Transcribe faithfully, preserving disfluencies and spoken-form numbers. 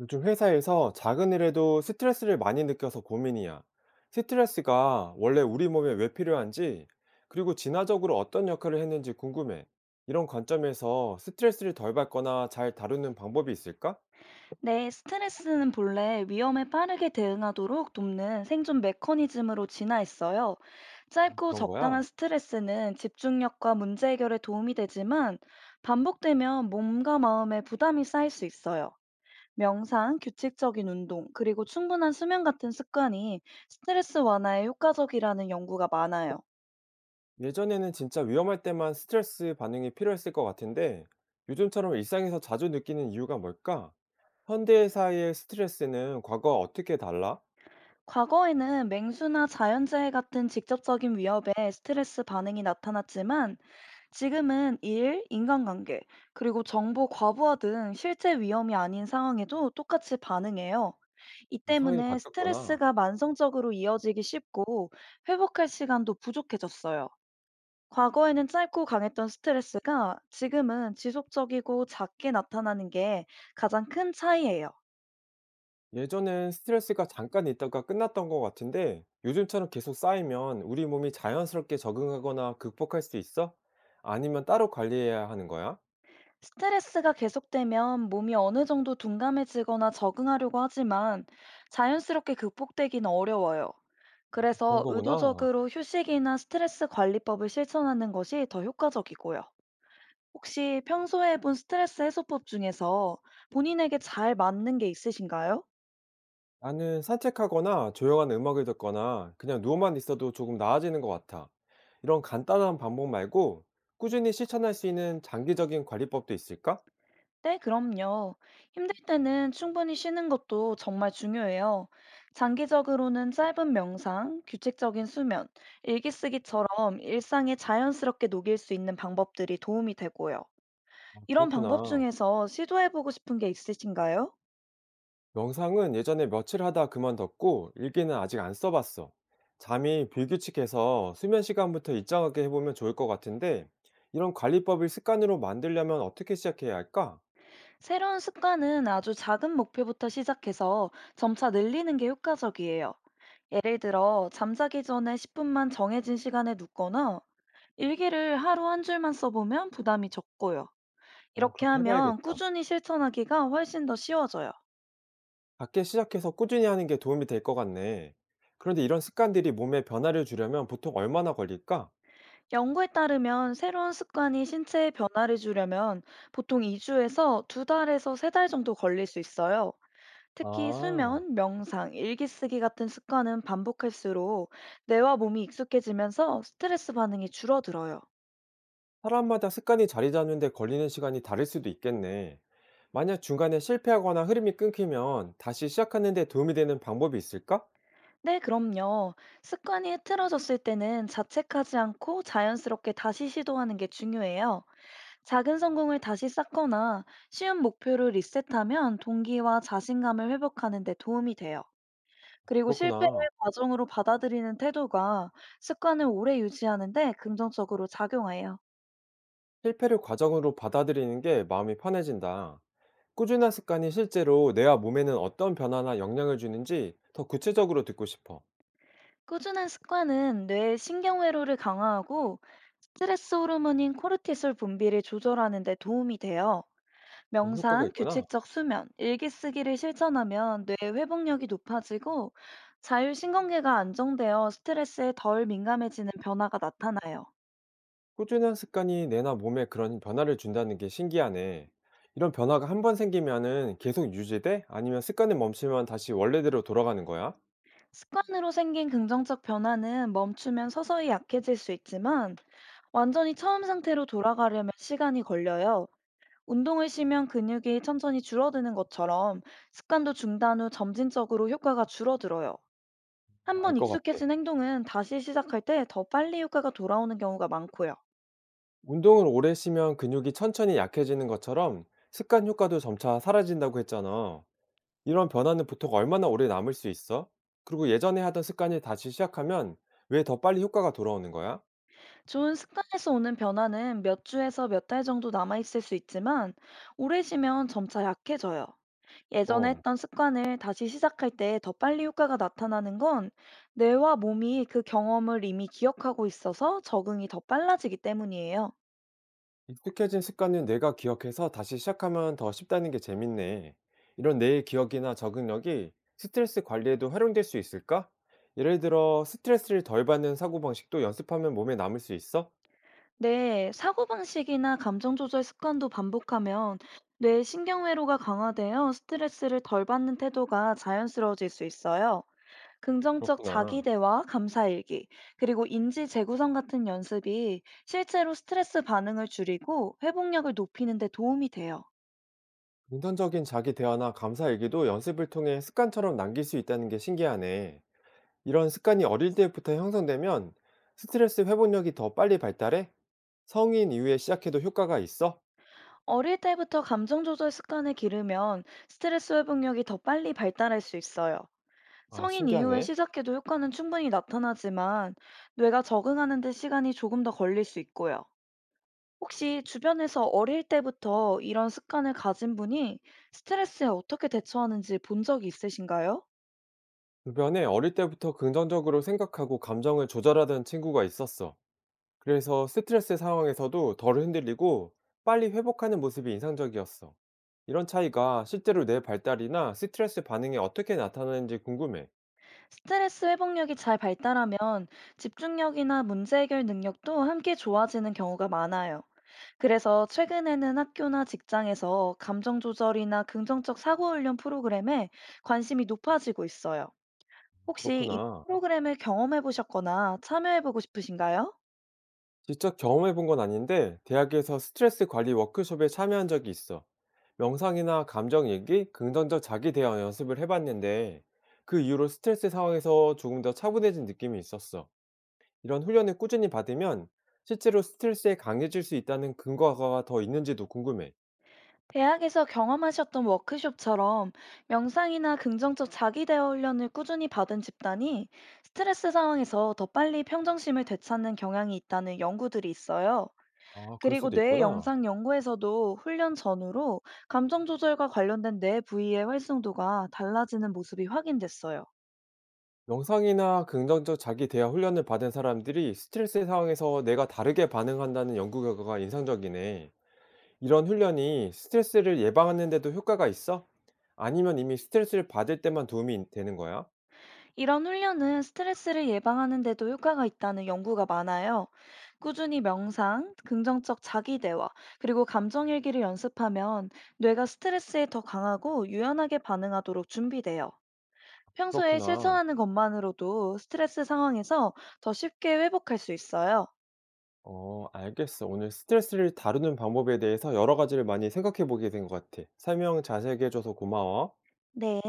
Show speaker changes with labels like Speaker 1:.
Speaker 1: 요즘 회사에서 작은 일에도 스트레스를 많이 느껴서 고민이야. 스트레스가 원래 우리 몸에 왜 필요한지, 그리고 진화적으로 어떤 역할을 했는지 궁금해. 이런 관점에서 스트레스를 덜 받거나 잘 다루는 방법이 있을까?
Speaker 2: 네, 스트레스는 본래 위험에 빠르게 대응하도록 돕는 생존 메커니즘으로 진화했어요. 짧고
Speaker 1: 그런
Speaker 2: 적당한
Speaker 1: 거야.
Speaker 2: 스트레스는 집중력과 문제 해결에 도움이 되지만 반복되면 몸과 마음에 부담이 쌓일 수 있어요. 명상, 규칙적인 운동, 그리고 충분한 수면 같은 습관이 스트레스 완화에 효과적이라는 연구가 많아요.
Speaker 1: 예전에는 진짜 위험할 때만 스트레스 반응이 필요했을 것 같은데, 요즘처럼 일상에서 자주 느끼는 이유가 뭘까? 현대 사회의 스트레스는 과거와 어떻게 달라?
Speaker 2: 과거에는 맹수나 자연재해 같은 직접적인 위협에 스트레스 반응이 나타났지만, 지금은 일, 인간관계, 그리고 정보 과부하 등 실제 위험이 아닌 상황에도 똑같이 반응해요. 이
Speaker 1: 상황이
Speaker 2: 때문에
Speaker 1: 바뀌었구나.
Speaker 2: 스트레스가 만성적으로 이어지기 쉽고 회복할 시간도 부족해졌어요. 과거에는 짧고 강했던 스트레스가 지금은 지속적이고 작게 나타나는 게 가장 큰 차이예요.
Speaker 1: 예전엔 스트레스가 잠깐 있다가 끝났던 것 같은데 요즘처럼 계속 쌓이면 우리 몸이 자연스럽게 적응하거나 극복할 수 있어? 아니면 따로 관리해야 하는 거야?
Speaker 2: 스트레스가 계속되면 몸이 어느 정도 둔감해지거나 적응하려고 하지만 자연스럽게 극복되기는 어려워요.
Speaker 1: 그런
Speaker 2: 그래서
Speaker 1: 거구나.
Speaker 2: 의도적으로 휴식이나 스트레스 관리법을 실천하는 것이 더 효과적이고요. 혹시 평소에 해본 스트레스 해소법 중에서 본인에게 잘 맞는 게 있으신가요?
Speaker 1: 나는 산책하거나 조용한 음악을 듣거나 그냥 누워만 있어도 조금 나아지는 것 같아. 이런 간단한 방법 말고 꾸준히 실천할 수 있는 장기적인 관리법도 있을까?
Speaker 2: 네, 그럼요. 힘들 때는 충분히 쉬는 것도 정말 중요해요. 장기적으로는 짧은 명상, 규칙적인 수면, 일기 쓰기처럼 일상에 자연스럽게 녹일 수 있는 방법들이 도움이 되고요.
Speaker 1: 아,
Speaker 2: 이런 방법
Speaker 1: 그렇구나.
Speaker 2: 중에서 시도해보고 싶은 게 있으신가요?
Speaker 1: 명상은 예전에 며칠 하다 그만뒀고 일기는 아직 안 써봤어. 잠이 불규칙해서 수면 시간부터 일정하게 해보면 좋을 것 같은데 이런 관리법을 습관으로 만들려면 어떻게 시작해야 할까?
Speaker 2: 새로운 습관은 아주 작은 목표부터 시작해서 점차 늘리는 게 효과적이에요. 예를 들어, 잠자기 전에 십 분만 정해진 시간에 눕거나 일기를 하루 한 줄만 써보면 부담이 적고요.
Speaker 1: 어,
Speaker 2: 이렇게
Speaker 1: 그렇게
Speaker 2: 하면
Speaker 1: 해봐야겠다.
Speaker 2: 꾸준히 실천하기가 훨씬 더 쉬워져요.
Speaker 1: 작게 시작해서 꾸준히 하는 게 도움이 될 것 같네. 그런데 이런 습관들이 몸에 변화를 주려면 보통 얼마나 걸릴까?
Speaker 2: 연구에 따르면 새로운 습관이 신체에 변화를 주려면 보통 이 주에서 두 달에서 세 달 정도 걸릴 수 있어요. 특히
Speaker 1: 아,
Speaker 2: 수면, 명상, 일기쓰기 같은 습관은 반복할수록 뇌와 몸이 익숙해지면서 스트레스 반응이 줄어들어요.
Speaker 1: 사람마다 습관이 자리 잡는데 걸리는 시간이 다를 수도 있겠네. 만약 중간에 실패하거나 흐름이 끊기면 다시 시작하는 데 도움이 되는 방법이 있을까?
Speaker 2: 네, 그럼요. 습관이 흐트러졌을 때는 자책하지 않고 자연스럽게 다시 시도하는 게 중요해요. 작은 성공을 다시 쌓거나 쉬운 목표를 리셋하면 동기와 자신감을 회복하는 데 도움이 돼요. 그리고 실패를
Speaker 1: 그렇구나.
Speaker 2: 과정으로 받아들이는 태도가 습관을 오래 유지하는 데 긍정적으로 작용해요.
Speaker 1: 실패를 과정으로 받아들이는 게 마음이 편해진다. 꾸준한 습관이 실제로 내와 몸에는 어떤 변화나 영향을 주는지 더 구체적으로 듣고 싶어.
Speaker 2: 꾸준한 습관은 뇌의 신경회로를 강화하고 스트레스 호르몬인 코르티솔 분비를 조절하는 데 도움이 돼요.
Speaker 1: 그런 효과가
Speaker 2: 명상,
Speaker 1: 있구나.
Speaker 2: 규칙적 수면, 일기 쓰기를 실천하면 뇌 회복력이 높아지고 자율신경계가 안정되어 스트레스에 덜 민감해지는 변화가 나타나요.
Speaker 1: 꾸준한 습관이 내나 몸에 그런 변화를 준다는 게 신기하네. 이런 변화가 한 번 생기면은 계속 유지돼? 아니면 습관을 멈추면 다시 원래대로 돌아가는 거야?
Speaker 2: 습관으로 생긴 긍정적 변화는 멈추면 서서히 약해질 수 있지만 완전히 처음 상태로 돌아가려면 시간이 걸려요. 운동을 쉬면 근육이 천천히 줄어드는 것처럼 습관도 중단 후 점진적으로 효과가 줄어들어요.
Speaker 1: 알
Speaker 2: 한번
Speaker 1: 것 같아.
Speaker 2: 익숙해진 행동은 다시 시작할 때 더 빨리 효과가 돌아오는 경우가 많고요.
Speaker 1: 운동을 오래 쉬면 근육이 천천히 약해지는 것처럼 습관 효과도 점차 사라진다고 했잖아. 이런 변화는 보통 얼마나 오래 남을 수 있어? 그리고 예전에 하던 습관을 다시 시작하면 왜 더 빨리 효과가 돌아오는 거야?
Speaker 2: 좋은 습관에서 오는 변화는 몇 주에서 몇 달 정도 남아있을 수 있지만, 오래 쉬면 점차 약해져요. 예전에
Speaker 1: 어,
Speaker 2: 했던 습관을 다시 시작할 때 더 빨리 효과가 나타나는 건 뇌와 몸이 그 경험을 이미 기억하고 있어서 적응이 더 빨라지기 때문이에요.
Speaker 1: 익숙해진 습관은 내가 기억해서 다시 시작하면 더 쉽다는 게 재밌네. 이런 뇌의 기억이나 적응력이 스트레스 관리에도 활용될 수 있을까? 예를 들어 스트레스를 덜 받는 사고방식도 연습하면 몸에 남을 수 있어?
Speaker 2: 네, 사고방식이나 감정조절 습관도 반복하면 뇌 신경회로가 강화되어 스트레스를 덜 받는 태도가 자연스러워질 수 있어요. 긍정적
Speaker 1: 그렇구나.
Speaker 2: 자기대화, 감사일기, 그리고 인지 재구성 같은 연습이 실제로 스트레스 반응을 줄이고 회복력을 높이는 데 도움이 돼요.
Speaker 1: 긍정적인 자기 대화나 감사 일기도 연습을 통해 습관처럼 남길 수 있다는 게 신기하네. 이런 습관이 어릴 때부터 형성되면 스트레스 회복력이 더 빨리 발달해? 성인 이후에 시작해도 효과가 있어?
Speaker 2: 어릴 때부터 감정 조절 습관을 기르면 스트레스 회복력이 더 빨리 발달할 수 있어요.
Speaker 1: 아,
Speaker 2: 성인 이후에
Speaker 1: 신기하네.
Speaker 2: 시작해도 효과는 충분히 나타나지만 뇌가 적응하는 데 시간이 조금 더 걸릴 수 있고요. 혹시 주변에서 어릴 때부터 이런 습관을 가진 분이 스트레스에 어떻게 대처하는지 본 적이 있으신가요?
Speaker 1: 주변에 어릴 때부터 긍정적으로 생각하고 감정을 조절하던 친구가 있었어. 그래서 스트레스 상황에서도 덜 흔들리고 빨리 회복하는 모습이 인상적이었어. 이런 차이가 실제로 뇌 발달이나 스트레스 반응에 어떻게 나타나는지 궁금해.
Speaker 2: 스트레스 회복력이 잘 발달하면 집중력이나 문제 해결 능력도 함께 좋아지는 경우가 많아요. 그래서 최근에는 학교나 직장에서 감정 조절이나 긍정적 사고 훈련 프로그램에 관심이 높아지고 있어요. 혹시 이
Speaker 1: 그렇구나.
Speaker 2: 프로그램을 경험해 보셨거나 참여해 보고 싶으신가요?
Speaker 1: 직접 경험해 본 건 아닌데 대학에서 스트레스 관리 워크숍에 참여한 적이 있어. 명상이나 감정 얘기, 긍정적 자기 대화 연습을 해봤는데 그 이후로 스트레스 상황에서 조금 더 차분해진 느낌이 있었어. 이런 훈련을 꾸준히 받으면 실제로 스트레스에 강해질 수 있다는 근거가 더 있는지도 궁금해.
Speaker 2: 대학에서 경험하셨던 워크숍처럼 명상이나 긍정적 자기 대화 훈련을 꾸준히 받은 집단이 스트레스 상황에서 더 빨리 평정심을 되찾는 경향이 있다는 연구들이 있어요.
Speaker 1: 아, 그럴
Speaker 2: 그리고
Speaker 1: 수도
Speaker 2: 뇌
Speaker 1: 있구나.
Speaker 2: 영상 연구에서도 훈련 전후로 감정 조절과 관련된 뇌 부위의 활성도가 달라지는 모습이 확인됐어요.
Speaker 1: 명상이나 긍정적 자기 대화 훈련을 받은 사람들이 스트레스 상황에서 내가 다르게 반응한다는 연구 결과가 인상적이네. 이런 훈련이 스트레스를 예방하는 데도 효과가 있어? 아니면 이미 스트레스를 받을 때만 도움이 되는 거야?
Speaker 2: 이런 훈련은 스트레스를 예방하는 데도 효과가 있다는 연구가 많아요. 꾸준히 명상, 긍정적 자기 대화, 그리고 감정 일기를 연습하면 뇌가 스트레스에 더 강하고 유연하게 반응하도록 준비돼요. 평소에
Speaker 1: 그렇구나.
Speaker 2: 실천하는 것만으로도 스트레스 상황에서 더 쉽게 회복할 수 있어요.
Speaker 1: 어, 알겠어. 오늘 스트레스를 다루는 방법에 대해서 여러 가지를 많이 생각해 보게 된 것 같아. 설명 자세하게 해줘서 고마워.
Speaker 2: 네.